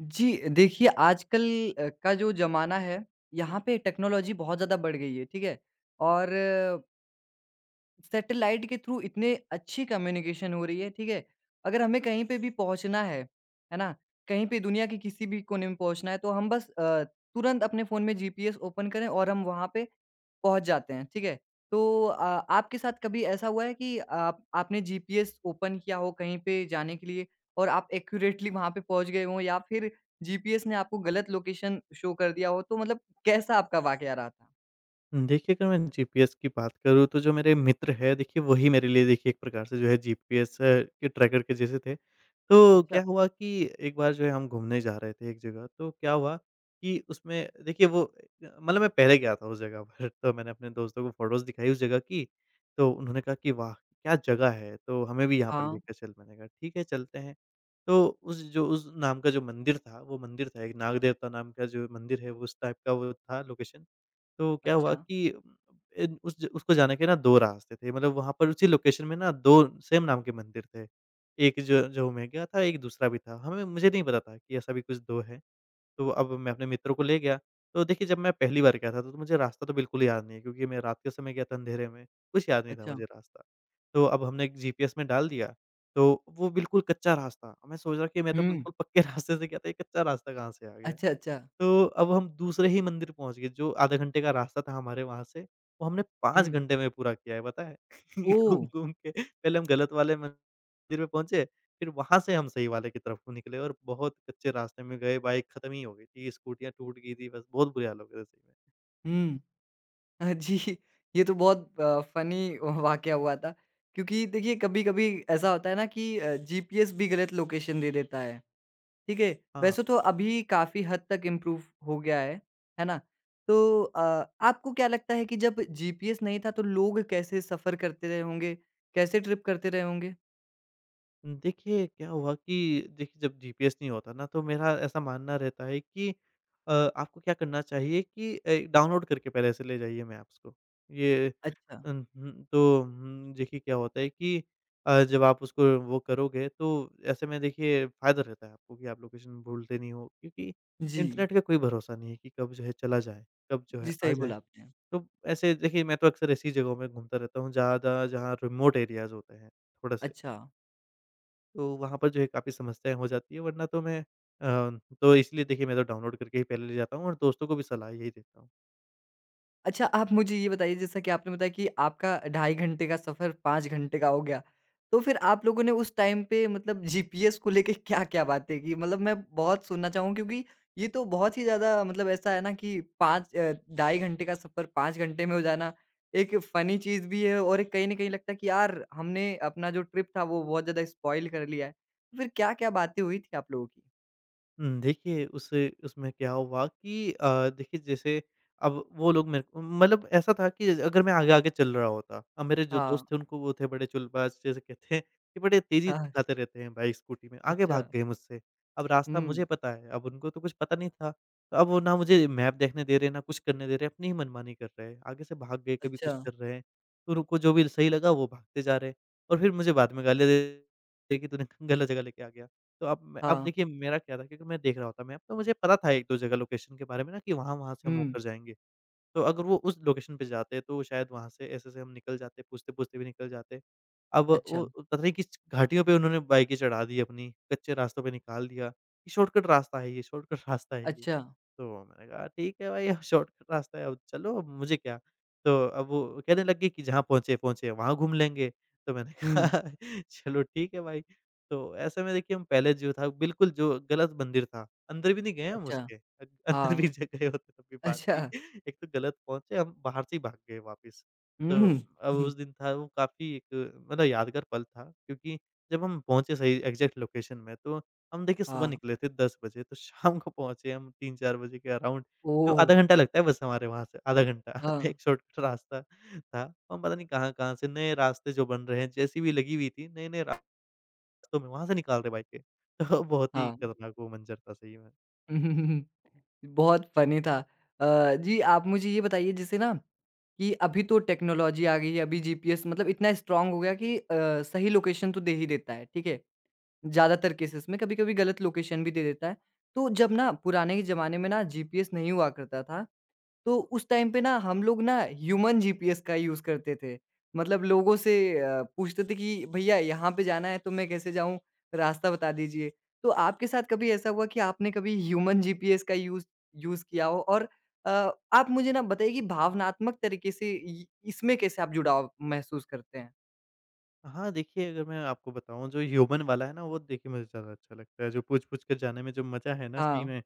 जी, देखिए आजकल का जो ज़माना है, यहाँ पे टेक्नोलॉजी बहुत ज़्यादा बढ़ गई है, ठीक है? और सैटेलाइट के थ्रू इतने अच्छी कम्युनिकेशन हो रही है, ठीक है? अगर हमें कहीं पे भी पहुँचना है ना? कहीं पे दुनिया के किसी भी कोने में पहुँचना है, तो हम बस तुरंत अपने फ़ोन में जीपीएस ओपन करें और हम वहाँ पे पहुँच जाते हैं, ठीक है? तो आपके साथ कभी ऐसा हुआ है कि आप आपने जीपीएस ओपन किया हो कहीं पे जाने के लिए और आप एक्यूरेटली वहाँ पे पहुँच गए हों या फिर जीपीएस ने आपको गलत लोकेशन शो कर दिया हो, तो मतलब कैसा आपका वाक़या रहा था? देखिए, अगर मैं जीपीएस की बात करूँ तो जो मेरे मित्र हैं देखिए वही मेरे लिए देखिए एक प्रकार से जो है जीपीएस के ट्रैकर के जैसे थे। तो अच्छा। क्या हुआ कि एक बार जो है हम घूमने जा रहे थे एक जगह। तो क्या हुआ कि उसमें देखिए वो मतलब मैं पहले गया था उस जगह पर, तो मैंने अपने दोस्तों को फ़ोटोज़ दिखाई उस जगह की। तो उन्होंने कहा कि वाह! क्या जगह है, तो हमें भी यहाँ पर हाँ। लेकर चल। मैंने कहा, ठीक है चलते हैं। तो उस नाम का जो मंदिर था वो मंदिर था, एक नाग देवता नाम का जो मंदिर है वो उस टाइप का वो था लोकेशन। तो क्या हुआ अच्छा। कि इन उस ज उसको जाने के ना 2 रास्ते थे, मतलब वहाँ पर उसी लोकेशन में ना 2 सेम नाम के मंदिर थे। एक जो जो मैं गया था, एक दूसरा भी था। हमें मुझे नहीं पता था कि ऐसा भी कुछ 2 है। तो अब मैं अपने मित्रों को ले गया। तो देखिए जब मैं पहली बार गया था, तो मुझे रास्ता तो बिल्कुल याद नहीं है, क्योंकि मैं रात के समय गया था अंधेरे में, कुछ याद नहीं था अच्छा। मुझे रास्ता। तो अब हमने एक जीपीएस में डाल दिया, तो वो बिल्कुल कच्चा रास्ता। मैं सोच रहा कि मैं तो हुँ। बिल्कुल पक्के रास्ते से गया था, ये कच्चा रास्ता कहाँ से आ गया? अच्छा, अच्छा। तो अब हम दूसरे ही मंदिर पहुँच गए, जो आधे घंटे का रास्ता था हमारे वहाँ से, वो हमने 5 हुँ। घंटे में पूरा किया है, पता है? ओह! घूम-घूम के पहले हम गलत वाले मंदिर में पहुँचे, फिर वहाँ से हम सही वाले की तरफ को निकले और बहुत कच्चे रास्ते में गए। बाइक खत्म ही हो गई थी, स्कूटियाँ टूट गई थी, बस बहुत बुरे हाल हो गए थे सही में। हुँ। हाँ, जी, ये तो बहुत फ़नी वाक़या हुआ था क्योंकि देखिए कभी-कभी ऐसा होता है ना कि जीपीएस भी गलत लोकेशन दे देता है। ठीक है, हाँ, वैसे तो अभी काफ़ी हद तक इम्प्रूव हो गया है ना? तो आपको क्या लगता है कि जब जीपीएस नहीं था तो लोग कैसे सफ़र करते रहे होंगे? कैसे ट्रिप करते रहे होंगे? देखिए क्या हुआ कि देखिए जब जीपीएस नहीं होता ना, तो मेरा ऐसा मानना रहता है कि आपको क्या करना चाहिए कि डाउनलोड करके पहले से ले जाइए मैप्स को। ये अच्छा, अन हुँ, तो हुँ, देखिए क्या होता है कि जब आप उसको वो करोगे, तो ऐसे में देखिए फ़ायदा रहता है आपको कि आप लोकेशन भूलते नहीं हो, क्योंकि जी। इंटरनेट का कोई भरोसा नहीं है कि कब जो है चला जाए, कब जो है जी, आ सही जाए। बोला आपने। तो ऐसे देखिए मैं तो अक्सर ऐसी जगहों में घूमता रहता हूँ ज़्यादा, जहाँ रिमोट एरियाज़ होते हैं थोड़े-से, अच्छा। तो वहाँ पर जो है काफ़ी समस्याएँ हो जाती है। वरना तो मैं अ, तो इसलिए देखिए मैं तो डाउनलोड करके ही पहले ले जाता हूँ और दोस्तों को भी सलाह यही देता हूँ। अच्छा, आप मुझे ये बताइए जैसा कि आपने बताया कि आपका 2.5 घंटे का सफ़र 5 घंटे का हो गया। तो फिर आप लोगों ने उस टाइम पे मतलब जीपीएस को लेके क्या-क्या बातें की? मतलब मैं बहुत सुनना चाहूँगा क्योंकि ये तो बहुत ही ज़्यादा मतलब ऐसा है ना कि 2.5 घंटे का सफ़र 5 घंटे में हो जाना, एक फ़नी चीज़ भी है और एक कहीं न कहीं लगता है कि यार हमने अपना जो ट्रिप था वो बहुत ज़्यादा स्पॉइल कर लिया है। तो फिर क्या-क्या बातें हुई थी आप लोगों की? देखिए उस उसमें क्या हुआ कि देखिए जैसे अब वो लोग मेरे को मतलब ऐसा था कि अगर मैं आगे-आगे चल रहा होता, अब मेरे जो हाँ, दोस्त थे उनको वो थे बड़े चुलबाज, जैसे कहते हैं कि बड़े तेज़ी हाँ, दिखाते रहते हैं, बाइक, स्कूटी में आगे अच्छा, भाग गए मुझसे। अब रास्ता हुँ, मुझे पता है, अब उनको तो कुछ पता नहीं था। तो अब वो ना मुझे मैप देखने दे रहे हैं, ना कुछ करने दे रहे हैं, अपनी ही मनमानी कर रहे हैं। आगे से भाग गए, कभी अच्छा, कुछ कर रहे हैं। तो उनको जो भी सही लगा वो भागते जा रहे हैं, और फिर मुझे बाद में गालियाँ दे रहे हैं कि तूने गलत जगह लेके आ गया। तो अब हाँ, देखिए मेरा क्या था, क्योंकि मैं देख रहा होता मैप, तो मुझे पता था 1-2 जगह लोकेशन के बारे में ना, कि वहाँ-वहाँ से हम हुँ, होकर जाएँगे। तो अगर वो उस लोकेशन पे जाते, तो शायद वहाँ से ऐसे-ऐसे हम निकल जाते, पूछते-पूछते भी निकल जाते। अब अच्छा, वो पता नहीं किस घाटियों पे उन्होंने बाइकें चढ़ा दी अपनी, कच्चे रास्तों पे निकाल दिया, कि शॉर्टकट रास्ता है ये, शॉर्टकट रास्ता है ये। अच्छा। तो मैंने कहा, ठीक है भाई अब शॉर्टकट रास्ता है, अब चलो अब मुझे क्या। तो अब वो कहने लग गए कि जहाँ पहुँचे-पहुँचे वहाँ घूम लेंगे। तो मैंने हुँ। कहा चलो ठीक है भाई। तो ऐसे में देखिए हम पहले जो था बिल्कुल जो गलत मंदिर था, अंदर भी नहीं गए हम अच्छा, उसके। अंदर हाँ, भी ज गए होते तब भी बात थी। अच्छा। एक तो गलत पहुँचे, हम बाहर से ही भाग गए वापस। तो हुँ। अब उस दिन था वो काफ़ी एक मतलब यादगार पल, था क्योंकि जब हम पहुँचे सही एग्ज़ैक्ट लोकेशन में, तो हम देखिए सुबह हाँ, निकले थे 10 बजे, तो शाम को पहुँचे हम 3-4 बजे के अराउंड। तो ओह! आधा घंटा लगता है बस हमारे वहाँ से, आधा घंटा हाँ, एक शॉर्टकट रास्ता था। हम पता नहीं कहाँ-कहाँ से नए रास्ते जो बन रहे हैं, जेसीबी लगी हुई थी, नए-नए रास्तों में वहाँ से निकाल रहे बाइकें। तो बहुत ही हाँ। खतरनाक वो मंज़र था सही में। हम्म, बहुत फ़नी था। जी, आप मुझे ये बताइए जैसे ना कि अभी तो टेक्नोलॉजी आ गई है, अभी जीपीएस मतलब इतना स्ट्रॉन्ग हो गया कि सही लोकेशन तो दे ही देता है, ठीक है? ज़्यादातर केसेस में कभी-कभी गलत लोकेशन भी दे देता है। तो जब ना पुराने के ज़माने में ना जीपीएस नहीं हुआ करता था तो उस टाइम पे ना हम लोग ना ह्यूमन जीपीएस का यूज़ करते थे। मतलब लोगों से पूछते थे कि भैया यहाँ पे जाना है तो मैं कैसे जाऊँ? रास्ता बता दीजिए। तो आपके साथ कभी ऐसा हुआ कि आपने कभी ह्यूमन जीपीएस का यूज़ यूज़ किया हो? और अ, आप मुझे ना बताइए कि भावनात्मक तरीके से इ इसमें कैसे आप जुड़ाव महसूस करते हैं? हाँ, देखिए अगर मैं आपको बताऊँ, जो ह्यूमन वाला है ना, वो देखिए मुझे ज़्यादा अच्छा लगता है, जो पूछ-पूछ कर जाने में जो मज़ा है ना सही हाँ, में,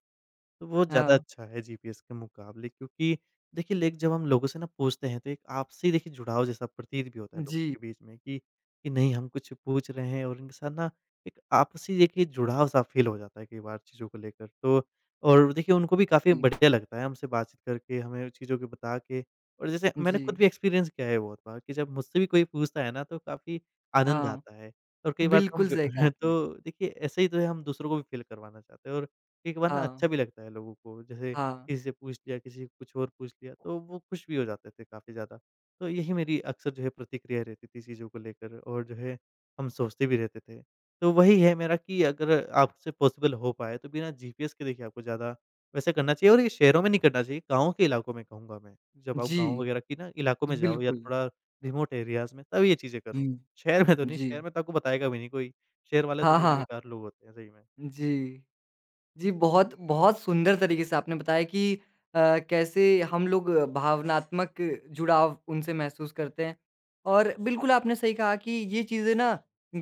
तो वो ज़्यादा हाँ। अच्छा है जीपीएस के मुकाबले, क्योंकि देखिए लेक जब हम लोगों से ना पूछते हैं, तो एक आपसी देखिए जुड़ाव जैसा प्रतीत भी होता है लोगों जी, के बीच में, कि नहीं हम कुछ पूछ रहे हैं और उनके साथ ना एक आपसी देखिए जुड़ाव सा फील हो जाता है कई बार चीज़ों को लेकर। तो और देखिए उनको भी काफ़ी जी, बढ़िया लगता है हमसे बातचीत करके, हमें चीज़ों की बता के, और जैसे मैंने जी। खुद भी एक्सपीरियंस किया है बहुत बार कि जब मुझसे भी कोई पूछता है ना, तो काफ़ी आनंद हाँ, आता है। और कई बार तो हम बिल्कुल सही कहा ब आपने। तो देखिए ऐसे ही तो है, हम दूसरों को भी फील करवाना चाहते हैं। और एक बार ना हाँ, अच्छा भी लगता है लोगों को, जैसे हाँ। किसी से पूछ लिया, किसी से कुछ और पूछ लिया, तो वो खुश भी हो जाते थे काफ़ी ज़्यादा। तो यही मेरी अक्सर जो है प्रतिक्रिया रहती थी चीज़ों को लेकर, और जो है हम सोचते भी रहते थे। तो वही है मेरा कि अगर आपसे पॉसिबल हो पाए तो बिना जीपीएस के देखिए आपको ज़्यादा वैसे करना चाहिए। और ये शहरों में नहीं करना चाहिए, गाँव के इलाकों में कहूँगा मैं। जब आप गाँव जी, वगैरह की ना इलाकों जी में जाओ या बिल्कुल। थोड़ा रिमोट एरियाज़ में, तब ये चीज़ें करो। हुँ, शहर में तो नहीं, जी। शहर में तो आपको बताएगा भी नहीं कोई, शहर वाले तो हाँ, बड़े हाँ, हाँ। बेकार लोग होते हैं सही में। जी। जी, बहुत बहुत सुंदर तरीके से आपने बताया कि कैसे हम लोग भावनात्मक जुड़ाव उनसे महसूस करते हैं। और बिल्कुल आपने सही कहा कि ये चीज़ें ना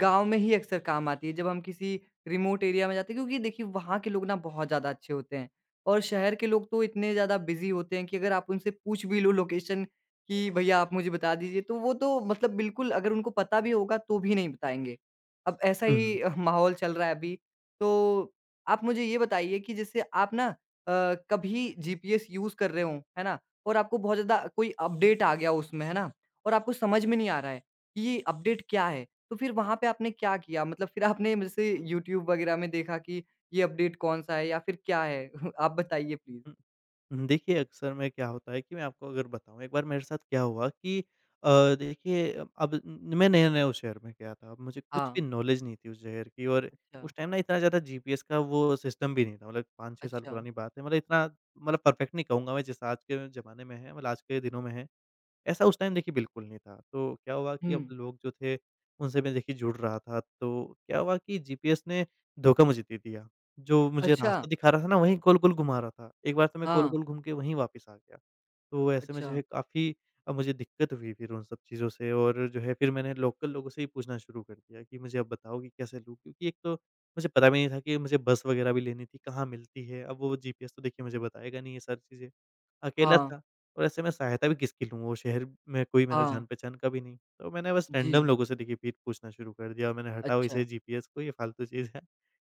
गाँव में ही अक्सर काम आती है जब हम किसी रिमोट एरिया में जाते हैं क्योंकि देखिए वहाँ के लोग ना बहुत ज़्यादा अच्छे होते हैं। और शहर के लोग तो इतने ज़्यादा बिज़ी होते हैं कि अगर आप उनसे पूछ भी लो लोकेशन कि भैया आप मुझे बता दीजिए तो वो तो मतलब बिल्कुल अगर उनको पता भी होगा तो भी नहीं बताएँगे। अब ऐसा हुँ, हुँ। ही माहौल चल रहा है अभी। तो आप मुझे ये बताइए कि जैसे आप ना कभी जीपीएस यूज़ कर रहे हो, है ना? और आपको बहुत ज़्यादा कोई अपडेट आ गया उसमें, है ना? और आपको समझ में नहीं आ रहा है कि ये अपडेट क्या है? तो फिर वहाँ पे आपने क्या किया? मतलब फिर आपने जैसे यूट्यूब वगैरह में देखा कि ये अपडेट कौन-सा है या फिर क्या है? आप बताइए प्लीज़। हुँ। देखिए, अक्सर में क्या होता है कि मैं आपको अगर बताऊँ, एक बार मेरे साथ क्या हुआ कि देखिए अब न मैं नया-नया उस शहर में गया था। अब मुझे कुछ भी हाँ। नॉलेज नहीं थी उस शहर की, और अच्छा, उस टाइम ना इतना ज़्यादा जीपीएस का वो सिस्टम भी नहीं था। मतलब 5-6 साल अच्छा। पुरानी बात है। मतलब इतना मतलब परफेक्ट नहीं कहूँगा मैं, जैसा आज के ज़माने में है, मतलब आज के दिनों में है। ऐसा उस टाइम देखिए बिल्कुल नहीं था। तो क्या हुआ कि हुँ। अब लोग जो थे, उनसे मैं देखिए जुड़ रहा था, तो क्या हुआ कि जीपीएस ने धोखा मुझे दे दिया। जो मुझे अच्छा। रास्ता दिखा रहा था ना, वहीं गोल-गोल घुमा रहा था। एक बार तो मैं हाँ। गोल-गोल घूम के वहीं वापस आ गया। तो ऐसे में अच्छा। जो है काफ़ी मुझे दिक्कत हुई फिर उन सब चीज़ों से, और जो है फिर मैंने लोकल लोगों से ही पूछना शुरू कर दिया कि मुझे आप बताओ कि कैसे लूँ? क्योंकि एक तो मुझे पता भी नहीं था कि मुझे बस वगैरह भी लेनी थी, कहाँ मिलती है? अब वो जीपीएस तो देखिए मुझे बताएगा नहीं ये सारी चीज़ें। अकेला हाँ, था। और ऐसे में सहायता भी किसकी लूँ? वो शहर में कोई मेरा हाँ। जान-पहचान का भी नहीं। तो मैंने बस जी। रैंडम लोगों से देखिए फिर पूछना शुरू कर दिया और मैंने हटाओ अच्छा। इसे जीपीएस को, ये फ़ालतू चीज़ है।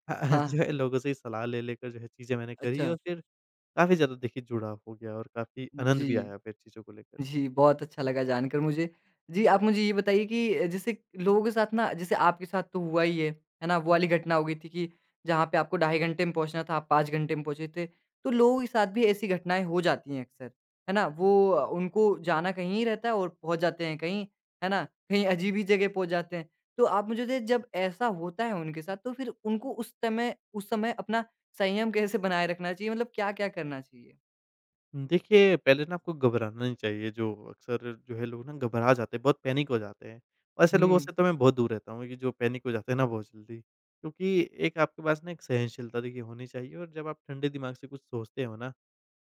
हाँ। जो है लोगों से ही सलाह ले लेकर जो है चीज़ें मैंने करी अच्छा। और फिर काफ़ी ज़्यादा देखिए जुड़ाव हो गया और काफ़ी आनंद जी। भी आया फिर चीज़ों को लेकर। जी, बहुत अच्छा लगा जानकर मुझे। जी, आप मुझे ये बताइए कि जैसे लोगों के साथ ना जैसे आपके साथ तो हुआ ही है ना? वो वाली घटना हो गई थी कि जहाँ पे आपको 2.5 घंटे में पहुँचना था, आप 5 घंटे में पहुँचे थे। तो लोगों के साथ भी ऐसी घटनाएँ हो जाती हैं अक्सर, है ना? वो उनको जाना कहीं ही रहता है और पहुँच जाते हैं कहीं, है ना? कहीं अजीब ही जगह पहुँच जाते हैं। तो आप मुझे बताइए जब ऐसा होता है उनके साथ तो फिर उनको उस समय अपना संयम कैसे बनाए रखना चाहिए? मतलब क्या-क्या करना चाहिए? देखिए, पहले ना आपको घबराना नहीं चाहिए, जो अक्सर जो है लोग ना घबरा जाते हैं, बहुत पैनिक हो जाते हैं। ऐसे लोगों हुँ, से तो मैं बहुत दूर रहता हूँ कि जो पैनिक हो जाते हैं ना बहुत जल्दी। क्योंकि एक आपके पास ना एक सहनशीलता देखिए होनी चाहिए और जब आप ठंडे दिमाग से कुछ सोचते हो ना,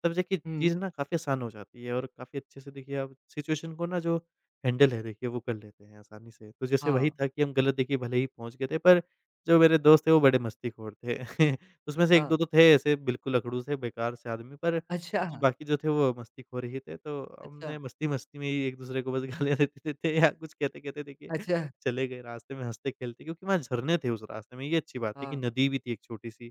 तब जाके चीज़ हुँ। ना काफ़ी आसान हो जाती है और काफ़ी अच्छे से देखिए आप सिचुएशन को ना, जो हैंडल है देखिए, वो कर लेते हैं आसानी से। तो जैसे वही हाँ, था कि हम गलत देखिए भले ही पहुँच गए थे, पर जो मेरे दोस्त थे वो बड़े मस्तीखोर थे। उसमें से हाँ। 1-2 तो थे ऐसे बिल्कुल अकड़ू से, बेकार से आदमी, पर अच्छा! जो बाकी जो थे वो मस्तीखोर ही थे, तो अच्छा, हमने मस्ती-मस्ती में ही एक-दूसरे को बस गालियाँ दे देते थे या कुछ कहते-कहते देखिए अच्छा। चले गए रास्ते में हँसते-खेलते, क्योंकि वहाँ झरने थे उस रास्ते में। ये अच्छी बात है कि हाँ, नदी भी थी एक छोटी-सी।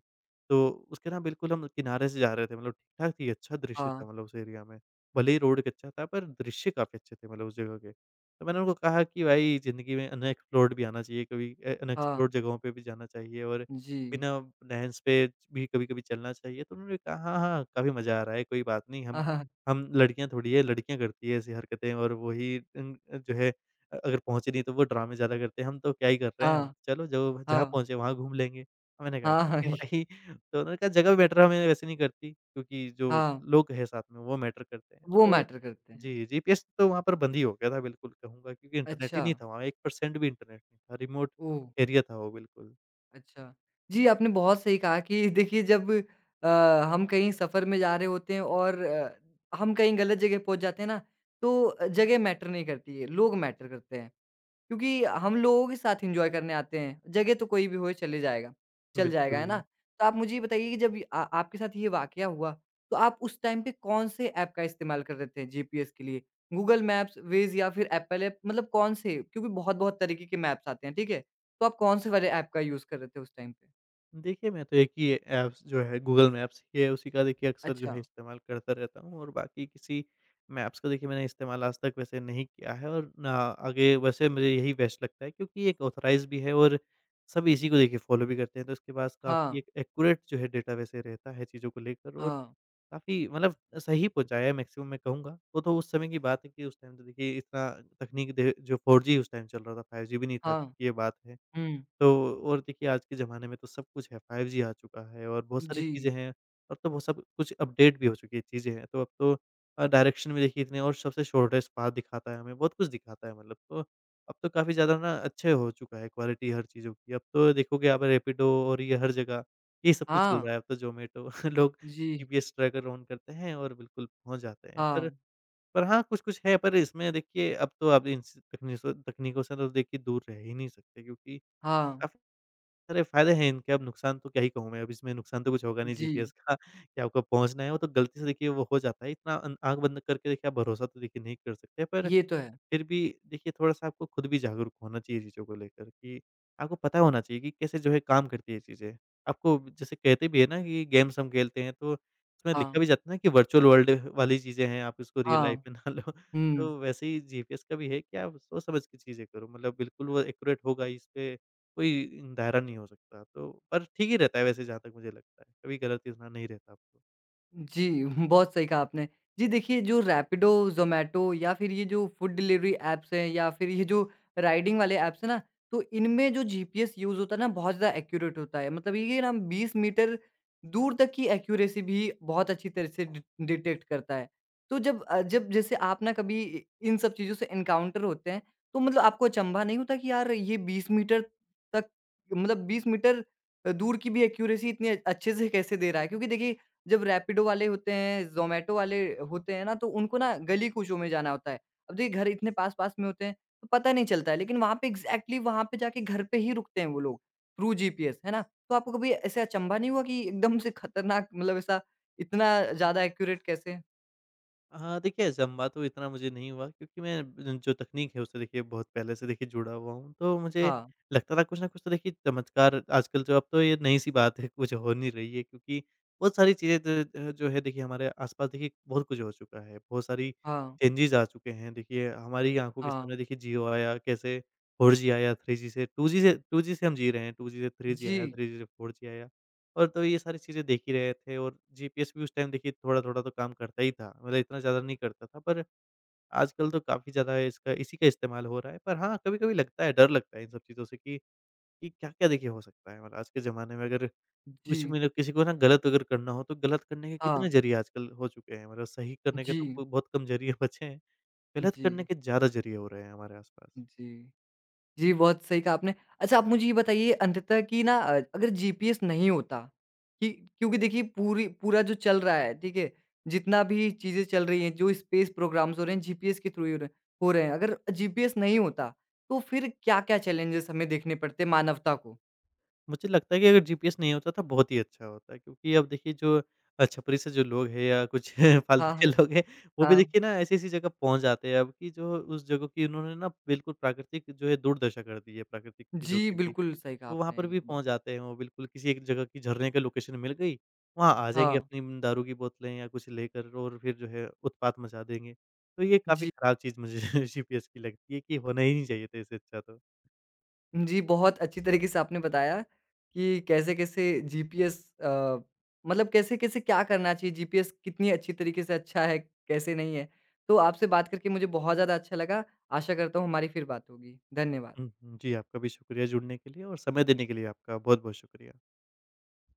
तो उसके ना बिल्कुल हम किनारे से जा रहे थे, मतलब ठीक-ठाक थी, अच्छा दृश्य हाँ, था मतलब उस एरिया में। भले ही रोड कच्चा था पर दृश्य काफ़ी अच्छे थे मतलब उस जगह के। तो मैंने उनको कहा कि भाई, ज़िंदगी में अनएक्सप्लोर्ड भी आना चाहिए कभी, हाँ, अनएक्सप्लोर्ड जगहों पे भी जाना चाहिए और जी। बिना नैन्स पे भी कभी-कभी चलना चाहिए। तो उन्होंने कहा, "हाँ, हाँ, काफ़ी मज़ा आ रहा है, कोई बात नहीं, हाँ, हम हाँ, हम लड़कियाँ थोड़ी है, लड़कियाँ करती है ऐसी हरकतें, और वही जो है, अगर पहुँचे नहीं तो वो ड्रामे ज़्यादा करते हैं, हम तो क्या ही कर रहे हैं, हम चलो जो जहाँ हाँ, पहुँचे वहाँ घूम लेंगे।" तो मैंने कहा, हाँ, हाँ, "ठीक है ये भाई।" तो उन्होंने कहा, "जगह मैटर हमें वैसे नहीं करती, क्योंकि जो हाँ, लोग हैं साथ में वो मैटर करते हैं।" वो तो मैटर करते हैं। जी, जीपीएस तो वहाँ पर बंद ही हो गया था बिल्कुल कहूँगा, क्योंकि इंटरनेट ही अच्छा, नहीं था वहाँ, 1% भी इंटरनेट नहीं था, रिमोट ओह! एरिया था वो बिल्कुल। अच्छा। जी, आपने बहुत सही कहा कि देखिए जब अ, हम कहीं सफ़र में जा रहे होते हैं और हम कहीं गलत जगह पहुँच जाते हैं ना, तो जगह मैटर नहीं करती है, लोग मैटर करते हैं। क्योंकि हम लोगों के साथ एन्जॉय करने आते हैं, जगह तो कोई भी हो चले जाएगा चल जाएगा, है ना? बिल्कुल। तो आप मुझे ये बताइए कि जब ये आ आपके साथ ये वाक़या हुआ, तो आप उस टाइम पे कौन-से ऐप का इस्तेमाल कर रहे थे जीपीएस के लिए? गूगल मैप्स, वेज़ या फिर एप्पल ऐप मतलब कौन से? क्योंकि बहुत-बहुत तरीके के मैप्स आते हैं, ठीक है? तो आप कौन-से वाले ऐप का यूज़ कर रहे थे उस टाइम पे? देखिए, मैं तो एक ही ऐप्स जो है गूगल मैप्स ये है, उसी का देखिए अक्सर जो अच्छा, है इस्तेमाल करता रहता हूँ और बाकी किसी मैप्स का देखिए मैंने इस्तेमाल आज तक वैसे नहीं किया है और ना आगे। वैसे मुझे यही बेस्ट लगता है, क्योंकि ये एक ऑथराइज़ भी है और सब इसी को देखिए फ़ॉलो भी करते हैं, तो इसके पास काफ़ी हाँ, एक एक्यूरेट जो है डेटा वैसे रहता है चीज़ों को लेकर, और हाँ, काफ़ी मतलब सही पहुँचाया है मैक्सिमम मैं कहूँगा। वो तो उस समय की बात है कि उस टाइम तो देखिए इतना तकनीक दे जो, 4G उस टाइम चल रहा था, 5G भी नहीं था, हाँ, ये बात है। हुँ, तो और देखिए आज के ज़माने में तो सब कुछ है, 5G आ चुका है और बहुत सारी जी, चीज़ें हैं। अब तो वो सब कुछ अपडेट भी हो चुकी है चीज़ें हैं, तो अब तो डायरेक्शन भी देखिए इतने और सबसे शॉर्टेस्ट पाथ दिखाता है हमें, बहुत कुछ दिखाता है मतलब। तो अब तो काफ़ी ज़्यादा ना अच्छे हो चुका है क्वालिटी हर चीज़ों की। अब तो देखोगे आप रैपिडो और ये हर जगह ये सब कुछ चल हाँ, रहा है, अब तो ज़ोमैटो लोग जी, जीपीएस ट्रैकर ऑन करते हैं और बिल्कुल पहुँच जाते हैं। पर हाँ, पर हाँ, कुछ-कुछ है, पर इसमें देखिए अब तो आप इन स तकनीसो तकनीकों से तो देखिए दूर रह ही नहीं सकते, क्योंकि हाँ, अरे! फ़ायदे हैं इनके, अब नुकसान तो क्या ही कहूँ मैं, अब इसमें नुकसान तो कुछ होगा नहीं जी, जीपीएस का कि आपको पहुँचना है, वो तो गलती से देखिए वो हो जाता है, इतना अन आँख बंद करके देखिए आप भरोसा तो देखिए नहीं कर सकते, पर ये तो है। फिर भी देखिए थोड़ा-सा आपको खुद भी जागरूक होना चाहिए चीज़ों को लेकर, कि आपको पता होना चाहिए कि कैसे जो है काम करती है ये चीज़ें। आपको जैसे कहते भी है ना कि गेम्स हम खेलते हैं तो उसमें लिखा हाँ, भी जाता है ना कि वर्चुअल वर्ल्ड वाली चीज़ें हैं, आप इसको रियल लाइफ हाँ, में ना लो। हुँ। तो वैसे ही जीपीएस का भी है कि आप सोच समझ के चीज़ें करो, मतलब बिल्कुल वो एक्यूरेट होगा इस पे कोई दायरा नहीं हो सकता। तो पर ठीक ही रहता है वैसे, जहाँ तक मुझे लगता है, कभी गलत इतना नहीं रहता आपको। जी, बहुत सही कहा आपने। जी, देखिए जो रैपिडो, ज़ोमैटो या फिर ये जो फूड डिलीवरी ऐप्स हैं या फिर ये जो राइडिंग वाले ऐप्स हैं ना, तो इनमें जो जीपीएस यूज़ होता है ना बहुत ज़्यादा एक्यूरेट होता है। मतलब ये ना 20 मीटर दूर तक की एक्यूरेसी भी बहुत अच्छी तरह से डि डिटेक्ट करता है। तो जब जैसे आप ना कभी इ इन सब चीज़ों से एनकाउंटर होते हैं, तो मतलब आपको अचंभा नहीं होता कि यार ये 20 मीटर तक मतलब दूर की भी एक्यूरेसी इतने अच्छे से कैसे दे रहा है? क्योंकि देखिए जब रैपिडो वाले होते हैं, ज़ोमैटो वाले होते हैं ना, तो उनको ना गली-कूचों में जाना होता है। अब देखिए घर इतने पास-पास में होते हैं, तो पता नहीं चलता है, लेकिन वहाँ पे एग्ज़ैक्टली वहाँ पे जाके घर पे ही रुकते हैं वो लोग, थ्रू जीपीएस, है ना? तो आपको कभी ऐसे अचंभा नहीं हुआ कि एकदम से खतरनाक मतलब ऐसा इतना ज़्यादा एक्यूरेट कैसे? हाँ, देखिए ज़म्बा तो इतना मुझे नहीं हुआ, क्योंकि मैं जो तकनीक है उससे देखिए बहुत पहले से देखिए जुड़ा हुआ हूँ। तो मुझे हाँ, लगता था कुछ न कुछ तो देखिए चमत्कार आजकल, जो अब तो ये नई-सी बात है, कुछ हो नहीं रही है, क्योंकि बहुत सारी चीज़ें ज जो है देखिए हमारे आस-पास देखिए बहुत कुछ हो चुका है। बहुत सारी हाँ, चेंजेज़ आ चुके हैं। देखिए हमारी आँखों के हाँ। सामने देखिए जियो आया, कैसे 4G आया, 3G से, 2G से हम जी रहे हैं, 2G से 3G आया, जी, 3G से 4G आया। और तो ये सारी चीज़ें देख ही रहे थे, और जीपीएस भी उस टाइम देखिए थोड़ा-थोड़ा तो काम करता ही था, मतलब इतना ज़्यादा नहीं करता था, पर आजकल तो काफ़ी ज़्यादा इसका इसी का इस्तेमाल हो रहा है। पर हाँ, कभी-कभी लगता है, डर लगता है इन सब चीज़ों से कि क्या-क्या देखिए हो सकता है। मतलब आज के ज़माने में अगर कुछ, जी, मतलब किसी को ना गलत अगर करना हो, तो गलत करने के कितने हाँ। ज़रिए आजकल हो चुके हैं, मतलब सही करने के तो जी, कोई बहुत कम ज़रिए बचे हैं, गलत करने जी, के ज़्यादा ज़रिए हो रहे हैं हमारे आसपास। जी। जी, बहुत सही कहा आपने। अच्छा, आप मुझे ये बताइए अंततः कि अगर जीपीएस नहीं होता कि क्योंकि देखिए पूरी पूरा जो चल रहा है, ठीक है? जितना भी चीज़ें चल रही हैं, जो स्पेस प्रोग्राम्स हो रहे हैं जीपीएस के थ्रू ही हो रहे हैं। अगर जीपीएस नहीं होता तो फिर क्या-क्या चैलेंजेज़ हमें देखने पड़ते मानवता को? मुझे लगता है कि अगर जीपीएस नहीं होता तो बहुत ही अच्छा होता, क्योंकि अब देखिए जो छपरी से जो लोग हैं या कुछ फालतू हाँ, के हाँ। लोग हैं, वो भी हाँ, देखिए ना ऐसी-ऐसी जगह पहुँच जाते हैं अब, कि जो उस जगह की उन्होंने ना बिल्कुल प्राकृतिक जो है दुर्दशा कर दी है, प्राकृतिक चीज़ों जी, की भी। बिल्कुल सही कहा तो वहाँ आपने पर ये भी तो बात। पहुँच जाते हैं वो, बिल्कुल किसी एक जगह की झरने की लोकेशन मिल गई, वहाँ आ जाएँगे हाँ, अपनी दारू की बोतलें या कुछ लेकर और फिर जो है उत्पात मचा देंगे। तो ये काफ़ी जी। खराब चीज़ मुझे जीपीएस की लगती है कि होना ही नहीं चाहिए था, इससे अच्छा तो। जी, बहुत अच्छी तरीके से आपने बताया कि कैसे-कैसे मतलब कैसे-कैसे क्या करना चाहिए, जीपीएस कितनी अच्छी तरीके से अच्छा है, कैसे नहीं है। तो आपसे बात करके मुझे बहुत ज़्यादा अच्छा लगा। आशा करता हूँ हमारी फिर बात होगी। हुँ, धन्यवाद। हुँ। जी, आपका भी शुक्रिया जुड़ने के लिए और समय देने के लिए, आपका बहुत-बहुत शुक्रिया।